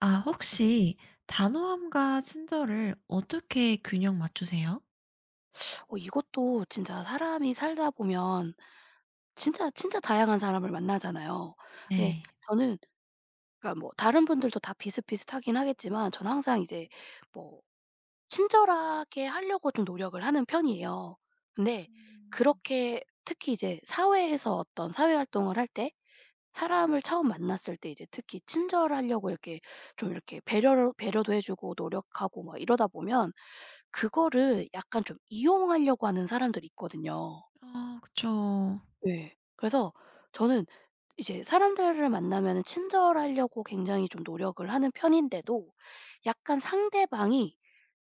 아 혹시 단호함과 친절을 어떻게 균형 맞추세요? 이것도 진짜 사람이 살다 보면 진짜 진짜 다양한 사람을 만나잖아요. 네. 네. 저는, 그러니까 뭐 다른 분들도 다 비슷비슷하긴 하겠지만, 저는 항상 이제 뭐 친절하게 하려고 좀 노력을 하는 편이에요. 근데 그렇게 특히 이제 사회에서 어떤 사회 활동을 할 때, 사람을 처음 만났을 때 이제 특히 친절하려고 이렇게 좀 이렇게 배려도 해 주고 노력하고 막 이러다 보면 그거를 약간 좀 이용하려고 하는 사람들이 있거든요. 어, 그쵸. 네, 그래서 저는 이제 사람들을 만나면은 친절하려고 굉장히 좀 노력을 하는 편인데도, 약간 상대방이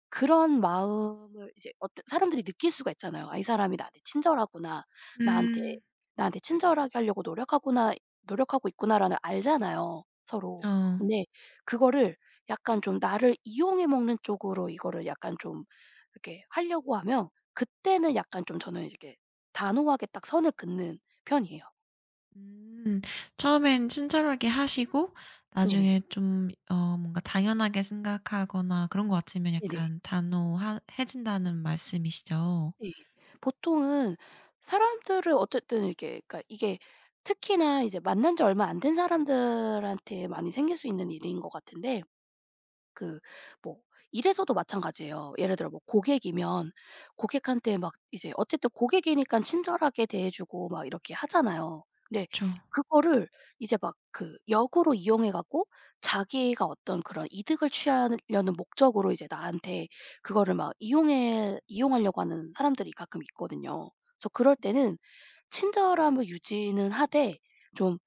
그런 마음을 이제 어떤 사람들이 느낄 수가 있잖아요. '아, 이 사람이 나한테 친절하구나. 나한테 음. 나한테 친절하게 하려고 노력하구나 노력하고 있구나.'라는 알잖아요, 그쵸. 서로. 근데 그거를 약간 좀 나를 이용해 먹는 쪽으로, 이거를 약간 좀 이렇게 하려고 하면 그때는 약간 좀 저는 이렇게 단호하게 딱 선을 긋는 편이에요. 음. 처음엔 친절하게 하시고 나중에 네네. 좀 뭔가 당연하게 생각하거나 그런 것 같으면 네네. 약간 단호 해진다는 말씀이시죠? 네. 보통은 사람들을 어쨌든 이렇게, 그러니까 이게 특히나 이제 만난 지 얼마 안 된 사람들한테 많이 생길 수 있는 일인 것 같은데, 그 뭐 일에서도 마찬가지예요. 예를 들어 뭐 고객이면 고객한테 막 이제 어쨌든 고객이니까 친절하게 대해 주고 막 이렇게 하잖아요. 근데 그쵸. 그거를 이제 막 그 역으로 이용해 갖고 자기가 어떤 그런 이득을 취하려는 목적으로 이제 나한테 그거를 막 이용해 이용하려고 하는 사람들이 가끔 있거든요. 그래서 그럴 때는 친절함을 유지는 하되, 좀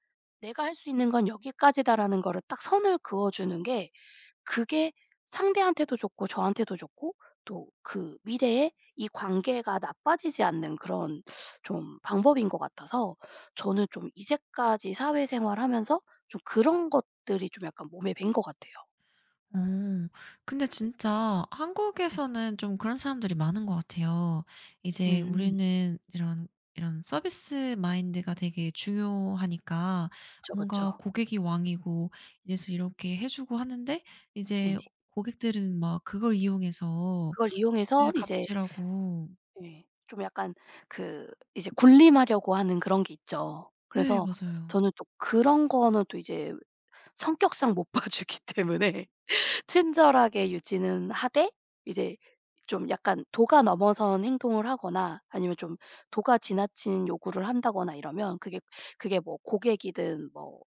'내가 할 수 있는 건 여기까지다.'라는 거를 딱 선을 그어 주는 게, 그게 상대한테도 좋고 저한테도 좋고, 또 그 미래에 이 관계가 나빠지지 않는 그런 좀 방법인 것 같아서 저는 좀 이제까지 사회생활하면서 좀 그런 것들이 좀 약간 몸에 밴 것 같아요. 어. 근데 진짜 네. 한국에서는 좀 그런 사람들이 많은 것 같아요. 이제 음. 우리는 이런 서비스 마인드가 되게 중요하니까 그쵸, 뭔가 그쵸. 고객이 왕이고 이래서 이렇게 해 주고 하는데 이제 네네. 고객들은 막 그걸 이용해서, 그걸 네, 이용해서 이제, 갑질하고. 예, 좀 약간 그 이제 군림하려고 하는 그런 게 있죠. 네, 그래서 맞아요. 저는 또 그런 거는 또 이제 성격상 못 봐주기 때문에 친절하게 유지는 하되, 이제 좀 약간 도가 넘어선 행동을 하거나 아니면 좀 도가 지나친 요구를 한다거나 이러면, 그게 뭐 고객이든 뭐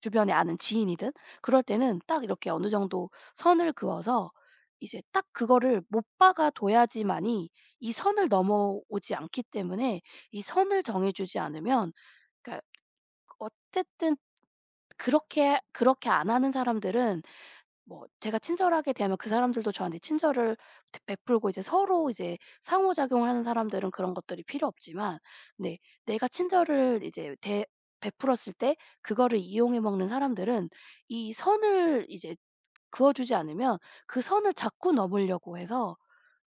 주변에 아는 지인이든, 그럴 때는 딱 이렇게 어느 정도 선을 그어서 이제 딱 그거를 못 박아 둬야지만이 이 선을 넘어오지 않기 때문에, 이 선을 정해 주지 않으면, 그러니까 어쨌든 그렇게 그렇게 안 하는 사람들은 뭐 제가 친절하게 대하면 그 사람들도 저한테 친절을 드 베풀고, 이제 서로 이제 상호작용을 하는 사람들은 그런 것들이 필요 없지만, 네, 내가 친절을 이제 대 베풀었을 때 그거를 이용해 먹는 사람들은 이 선을 이제 그어 주지 않으면 그 선을 자꾸 넘으려고 해서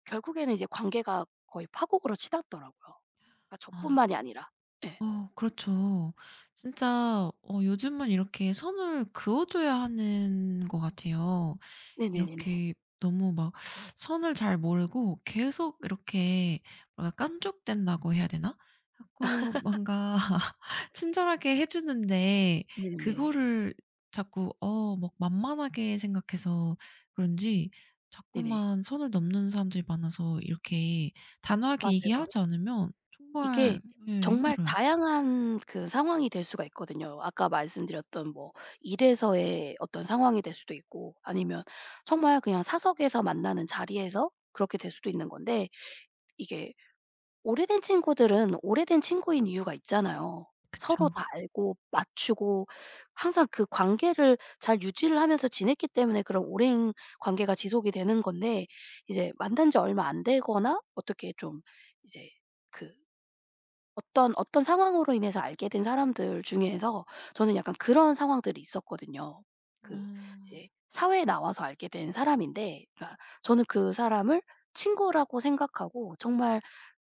결국에는 이제 관계가 거의 파국으로 치닫더라고요. 그러니까 아 저뿐만이 아니라. 네. 어 그렇죠. 진짜. 요즘은 이렇게 선을 그어 줘야 하는 것 같아요. 네네네네. 이렇게 너무 막 선을 잘 모르고 계속 이렇게 뭔가 깐족된다고 해야 되나? 자꾸 뭔가 친절하게 해 주는데 네네네. 그거를 자꾸 막 만만하게 생각해서 그런지 네네. 자꾸만 선을 넘는 사람들이 많아서 이렇게 단호하게 맞아요. 얘기하지 않으면 이게 정말, 예, 정말 힘들어요. 다양한 그 상황이 될 수가 있거든요. 아까 말씀드렸던 뭐 일에서의 어떤 상황이 될 수도 있고, 아니면 정말 그냥 사석에서 만나는 자리에서 그렇게 될 수도 있는 건데, 이게 오래된 친구들은 오래된 친구인 이유가 있잖아요. 그쵸. 서로 다 알고 맞추고, 항상 그 관계를 잘 유지를 하면서 지냈기 때문에 그런 오랜 관계가 지속이 되는 건데, 이제 만난 지 얼마 안 되거나 어떻게 좀 이제 그 어떤 상황으로 인해서 알게 된 사람들 중에서 저는 약간 그런 상황들이 있었거든요. 그 아. 이제 사회에 나와서 알게 된 사람인데, 그러니까 저는 그 사람을 친구라고 생각하고 정말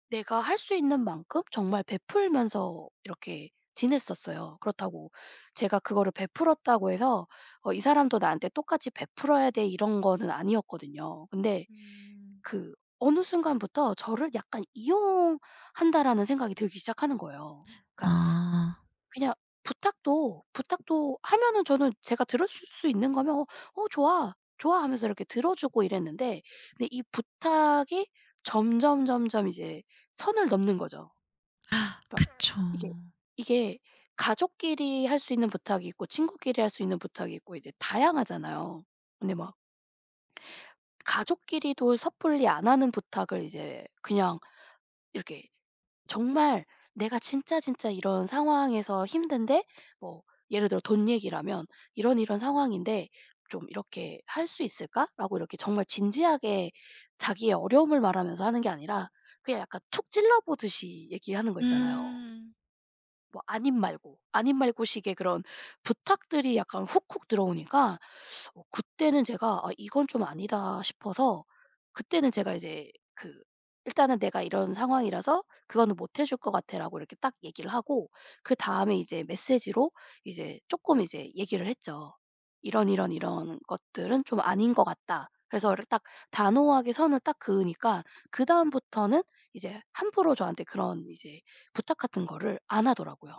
내가 할 수 있는 만큼 정말 베풀면서 이렇게 지냈었어요. 그렇다고 제가 그거를 베풀었다고 해서 '이 사람도 나한테 똑같이 베풀어야 돼.' 이런 거는 아니었거든요. 근데 음. 그 어느 순간부터 저를 약간 '이용한다.'라는 생각이 들기 시작하는 거예요. 그러니까 아. 그냥 부탁도 하면은 저는 제가 들을 수 있는 거면 "어 어 좋아. 좋아." 하면서 이렇게 들어 주고 이랬는데, 근데 이 부탁이 점점 점점 이제 선을 넘는 거죠. 그러니까 그쵸. 이게 이게 가족끼리 할 수 있는 부탁이 있고 친구끼리 할 수 있는 부탁이 있고 이제 다양하잖아요. 근데 막 가족끼리도 섣불리 안 하는 부탁을 이제 그냥 이렇게, 정말 내가 진짜 진짜 이런 상황에서 힘든데, 뭐 예를 들어 돈 얘기라면 "이런 이런 상황인데 좀 이렇게 할 수 있을까?"라고 이렇게 정말 진지하게 자기의 어려움을 말하면서 하는 게 아니라 그냥 약간 툭 찔러 보듯이 얘기하는 거 있잖아요. 음. 뭐 아님 말고, 아님 말고식의 그런 부탁들이 약간 훅훅 들어오니까, 그때는 제가 '아 이건 좀 아니다.' 싶어서 그때는 제가 이제 그 일단은 "내가 이런 상황이라서 그거는 못해줄 것 같아."라고 이렇게 딱 얘기를 하고 그다음에 이제 메시지로 이제 쪼끔 이제 얘기를 했죠. "이런, 이런, 이런 것들은 좀 아닌 것 같다." 그래서 이렇게 딱 단호하게 선을 딱 그으니까 그다음부터는 이제 함부로 저한테 그런 이제 부탁 같은 거를 안 하더라고요.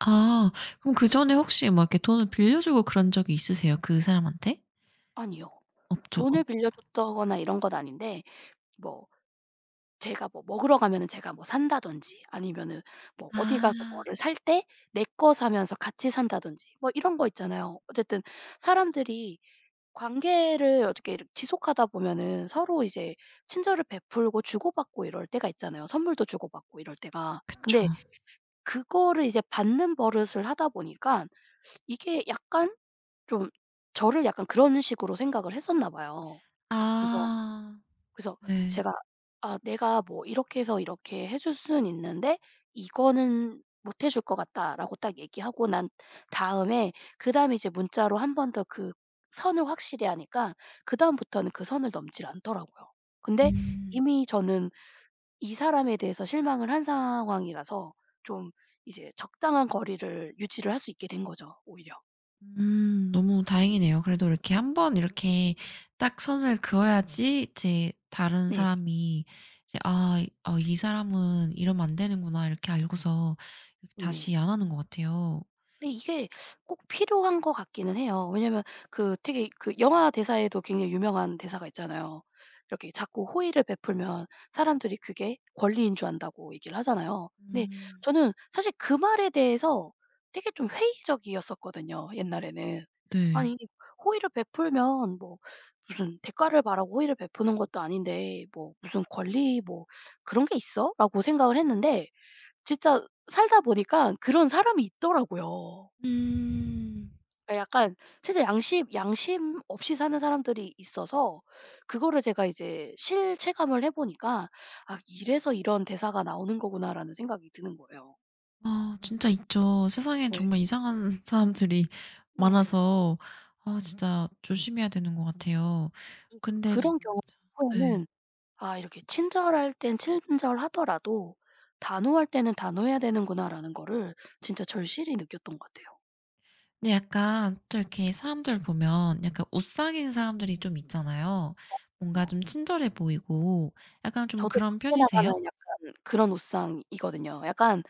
아. 그럼 그전에 혹시 막 이렇게 돈을 빌려주고 그런 적이 있으세요? 그 사람한테? 아니요. 없죠. 없 돈을 빌려줬다거나 이런 건 아닌데, 뭐 제가 뭐 먹으러 가면은 제가 뭐 산다든지 아니면은 뭐 어디 아. 가서 뭐를 살 때 내 거 사면서 같이 산다든지, 뭐 이런 거 있잖아요. 어쨌든 사람들이 관계를 어떻게 이렇게 지속하다 보면은 서로 이제 친절을 베풀고 주고받고 이럴 때가 있잖아요. 선물도 주고받고 이럴 때가. 그쵸. 근데 그거를 이제 받는 버릇을 하다 보니까 이게 약간 좀 저를 약간 그런 식으로 생각을 했었나 봐요. 그래서 아. 그래서 네. 제가 '아 내가 뭐 이렇게 해서 이렇게 해줄 수는 있는데 이거는 못 해줄 것 같다.'라고 딱 얘기하고 난 다음에 그다음에 이제 문자로 한 번 더 그 선을 확실히 하니까 그다음부터는 그 선을 넘질 않더라고요. 근데 음. 이미 저는 이 사람에 대해서 실망을 한 상황이라서 좀 이제 적당한 거리를 유지를 할 수 있게 된 거죠 오히려. 음. 너무 다행이네요. 그래도 이렇게 한번 이렇게 딱 선을 그어야지 이제 다른 네. 사람이 이제 '아 이 사람은 이러면 안 되는구나.' 이렇게 알고서 이렇게 네네. 다시 안 하는 것 같아요. 근데 이게 꼭 필요한 것 같기는 해요. 왜냐면 그 되게 그 영화 대사에도 굉장히 유명한 대사가 있잖아요. 이렇게 자꾸 호의를 베풀면 사람들이 그게 권리인 줄 안다고 얘기를 하잖아요. 근데 음. 저는 사실 그 말에 대해서 되게 좀 회의적이었었거든요, 옛날에는. 네. 아니, 호의를 베풀면 뭐 무슨 대가를 바라고 호의를 베푸는 것도 아닌데 뭐 무슨 권리 뭐 그런 게 있어? 라고 생각을 했는데 진짜 살다 보니까 그런 사람이 있더라고요. 음. 그러니까 약간 진짜 양심 없이 사는 사람들이 있어서, 그거를 제가 이제 실체감을 해 보니까 '아 이래서 이런 대사가 나오는 거구나.'라는 생각이 드는 거예요. 아 진짜 있죠. 세상에 네. 정말 이상한 사람들이 네. 많아서 아 진짜 조심해야 되는 것 같아요. 그래서 저도 근데 진짜. 그런 경우 네. 후에는 '아 이렇게 친절할 땐 친절하더라도 단호할 때는 단호해야 되는구나.'라는 거를 진짜 절실히 느꼈던 것 같아요. 근데 약간 또 이렇게 사람들 보면 약간 우상인 사람들이 좀 있잖아요. 뭔가 좀 친절해 보이고 약간 좀 저도 그런 밖에 편이세요? 나가면 약간 그런 옷상이거든요. 약간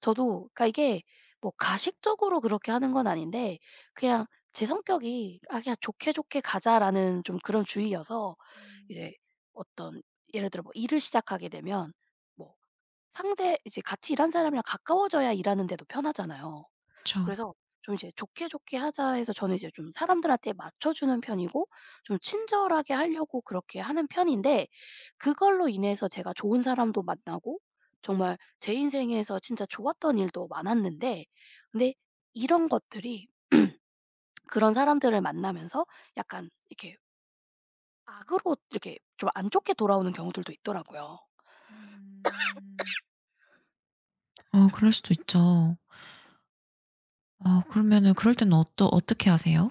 저도, 그러니까 이게 뭐 가식적으로 그렇게 하는 건 아닌데 그냥 제 성격이 '아 그냥 좋게 좋게 가자.'라는 좀 그런 주의여서 이제 어떤, 예를 들어 뭐 일을 시작하게 되면 뭐 상대 이제 같이 일하는 사람이랑 가까워져야 일하는 데도 편하잖아요. 그쵸. 그래서 좀 이제 좋게 좋게 하자 해서 저는 이제 좀 사람들한테 맞춰주는 편이고 좀 친절하게 하려고 그렇게 하는 편인데, 그걸로 인해서 제가 좋은 사람도 만나고 정말 제 인생에서 진짜 좋았던 일도 많았는데, 근데 이런 것들이 그런 사람들을 만나면서 약간 이렇게 악으로 이렇게 좀 안 좋게 돌아오는 경우들도 있더라고요. 음. 어 그럴 수도 있죠. 어 그러면은 그럴 때는 어떠 어떻게 하세요?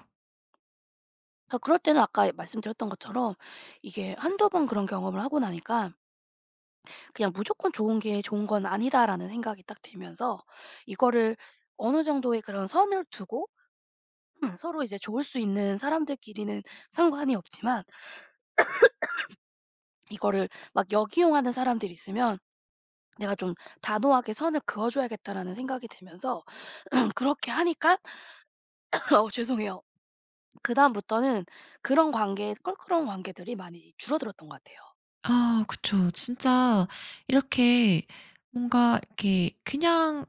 그 그럴 때는 아까 말씀드렸던 것처럼 이게 한두 번 그런 경험을 하고 나니까 그냥 '무조건 좋은 게 좋은 건 아니다.'라는 생각이 딱 들면서 이거를 어느 정도의 그런 선을 두고, 서로 이제 좋을 수 있는 사람들끼리는 상관이 없지만 이거를 막 역이용하는 사람들이 있으면 '내가 좀 단호하게 선을 그어 줘야겠다.'라는 생각이 들면서 그렇게 하니까 죄송해요. 그다음부터는 그런 관계, 껄끄러운 관계들이 많이 줄어들었던 것 같아요. 아 그쵸. 진짜. 이렇게 뭔가 이렇게 그냥,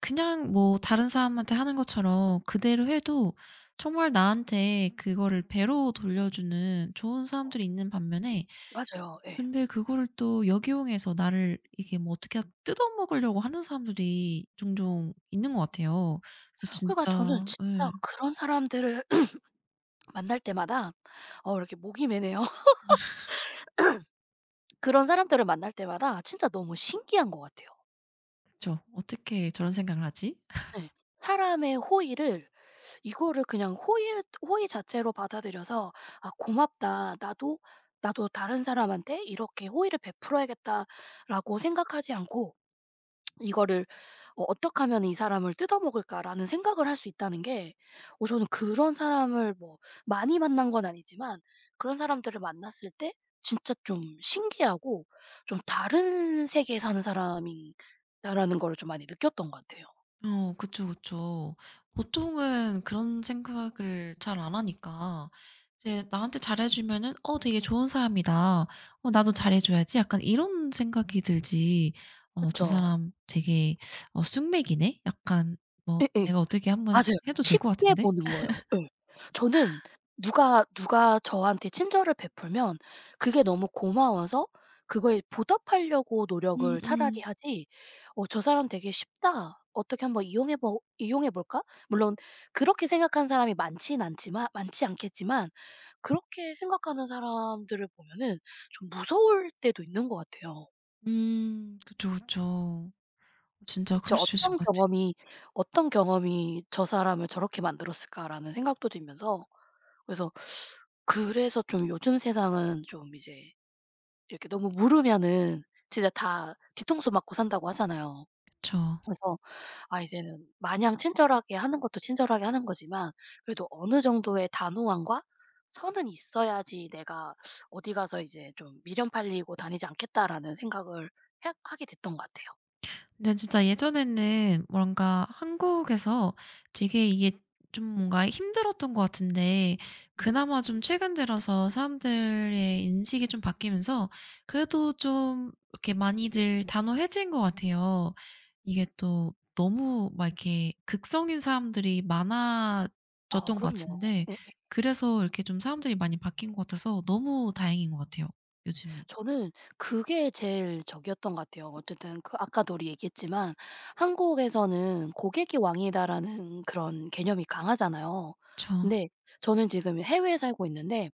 그냥 뭐 다른 사람한테 하는 것처럼 그대로 해도 정말 나한테 그거를 배로 돌려주는 좋은 사람들이 있는 반면에 맞아요. 예. 근데 그거를 또 역이용해서 나를 이게 뭐 어떻게 뜯어먹으려고 하는 사람들이 종종 있는 것 같아요. 그래서 그러니까 저는 진짜. 진짜 예. 그런 사람들을 만날 때마다, 이렇게 목이 메네요. 그런 사람들을 만날 때마다 진짜 너무 신기한 것 같아요. 그쵸. '어떻게 저런 생각을 하지?' 예. 사람의 호의를 이거를 그냥 호의를 호의 자체로 받아들여서 '아 고맙다. 나도 다른 사람한테 이렇게 호의를 베풀어야겠다.'라고 생각하지 않고 이거를 '어떻게 하면 이 사람을 뜯어먹을까.'라는 생각을 할 수 있다는 게, 저는 그런 사람을 뭐 많이 만난 건 아니지만 그런 사람들을 만났을 때 진짜 좀 신기하고 좀 다른 세계에 사는 사람인 다라는 걸 좀 많이 느꼈던 것 같아요. 어 그쵸, 그쵸. 보통은 그런 생각을 잘 안 하니까 이제 나한테 잘해 주면은 '어 되게 좋은 사람이다. 어 나도 잘해 줘야지.' 약간 이런 생각이 들지 그렇 '어 저 죠 사람 되게 숙맥이네.' 약간 뭐 '내가 어떻게 한번 맞아요. 해도 될 것 쉽게 같은데?' 보는 거예요. 예. 저는 누가 저한테 친절을 베풀면 그게 너무 고마워서 그거에 보답하려고 음음. 노력을 차라리 음. 하지, '어 저 사람 되게 쉽다. 어떻게 한번 이용해 볼까?' 물론 그렇게 생각하는 사람이 많진 않지만 많지 않겠지만 그렇게 생각하는 사람들을 보면은 좀 무서울 때도 있는 것 같아요. 그쵸, 그쵸. 진짜 '대체 그럴 수 있을 것 어떤 같아요. 경험이 어떤 경험이 저 사람을 저렇게 만들었을까?'라는 생각도 들면서, 그래서 그래서 좀 요즘 세상은 좀 이제 이렇게 너무 물으면은 진짜 다 뒤통수 맞고 산다고 하잖아요. 그쵸. 그래서 아 이제는 마냥 친절하게 하는 것도 친절하게 하는 거지만 그래도 어느 정도의 단호함과 선은 있어야지 내가 어디 가서 이제 좀 미련 팔리고 다니지 않겠다라는 생각을 해 하게 됐던 것 같아요. 근데 진짜 예전에는 뭔가 한국에서 되게 이게 좀 뭔가 힘들었던 것 같은데 그나마 좀 최근 들어서 사람들의 인식이 좀 바뀌면서 그래도 좀 이렇게 많이들 단호해진 것 같아요. 이게 또 너무 막 이렇게 극성인 사람들이 어 많아졌던 것 그럼요. 같은데 예. 그래서 이렇게 좀 사람들이 많이 바뀐 것 같아서 너무 다행인 것 같아요. 요즘이. 저는 그게 제일 적이었던 것 같아요. 어쨌든 그 아까도 우리 얘기했지만 한국에서는 '고객이 왕이다.'라는 그런 개념이 강하잖아요. 그쵸. 근데 저는 지금 해외에 살고 있는데,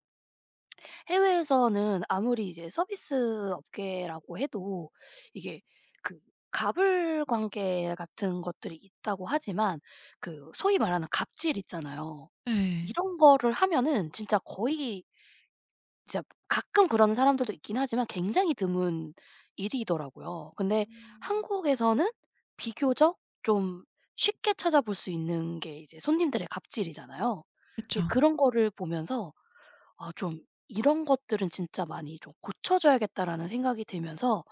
해외에서는 아무리 이제 서비스 업계라고 해도 이게 그 갑을 관계 같은 것들이 있다고 하지만, 그 소위 말하는 갑질 있잖아요. 예. 이런 거를 하면은 진짜 거의, 진짜 가끔 그러는 사람들도 있긴 하지만 굉장히 드문 일이더라고요. 근데 음. 한국에서는 비교적 좀 쉽게 찾아볼 수 있는 게 이제 손님들의 갑질이잖아요. 그쵸. 근데 그런 거를 보면서 아 좀 '이런 것들은 진짜 많이 좀 고쳐줘야겠다.'라는 생각이 들면서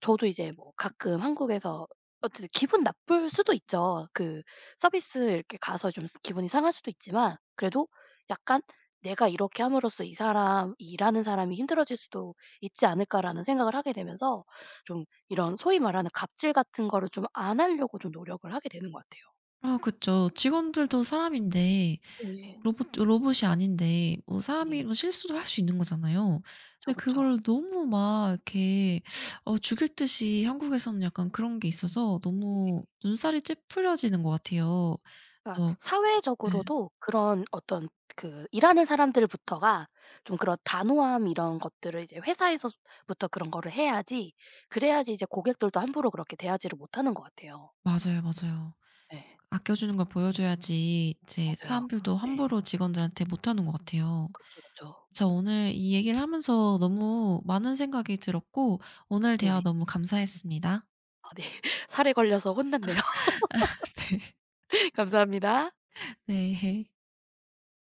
저도 이제 뭐 가끔 한국에서 어쨌든 기분 나쁠 수도 있죠. 그 서비스 이렇게 가서 좀 스 기분이 상할 수도 있지만 그래도 약간 '내가 이렇게 함으로써 이 사람 이 일하는 사람이 힘들어질 수도 있지 않을까.'라는 생각을 하게 되면서 좀 이런 소위 말하는 갑질 같은 거를 좀 안 하려고 좀 노력을 하게 되는 것 같아요. 아 그쵸. 직원들도 사람인데 예. 네. 로봇 로봇이 아닌데 뭐 사람이 네. 뭐 실수도 할 수 있는 거잖아요. 그 근데 그쵸. 그걸 너무 막 이렇게 죽일 듯이 한국에서는 약간 그런 게 있어서 네, 너무 눈살이 찌푸려지는 것 같아요. 그러니까 그래서 네, 사회적으로도 그런 어떤 그 일하는 사람들부터가 좀 그런 단호함, 이런 것들을 이제 회사에서부터 그런 거를 해야지 그래야지 이제 고객들도 함부로 그렇게 대하지를 못하는 것 같아요. 맞아요, 맞아요. 네. 아껴주는 걸 보여줘야지 이제 맞아요. 사람들도 네. 함부로 직원들한테 못하는 것 같아요. 그쵸, 그쵸. 저 오늘 이 얘기를 하면서 너무 많은 생각이 들었고 오늘 대화 네네. 너무 감사했습니다. 아 네. 살에 걸려서 혼났네요. 네. 감사합니다. 네.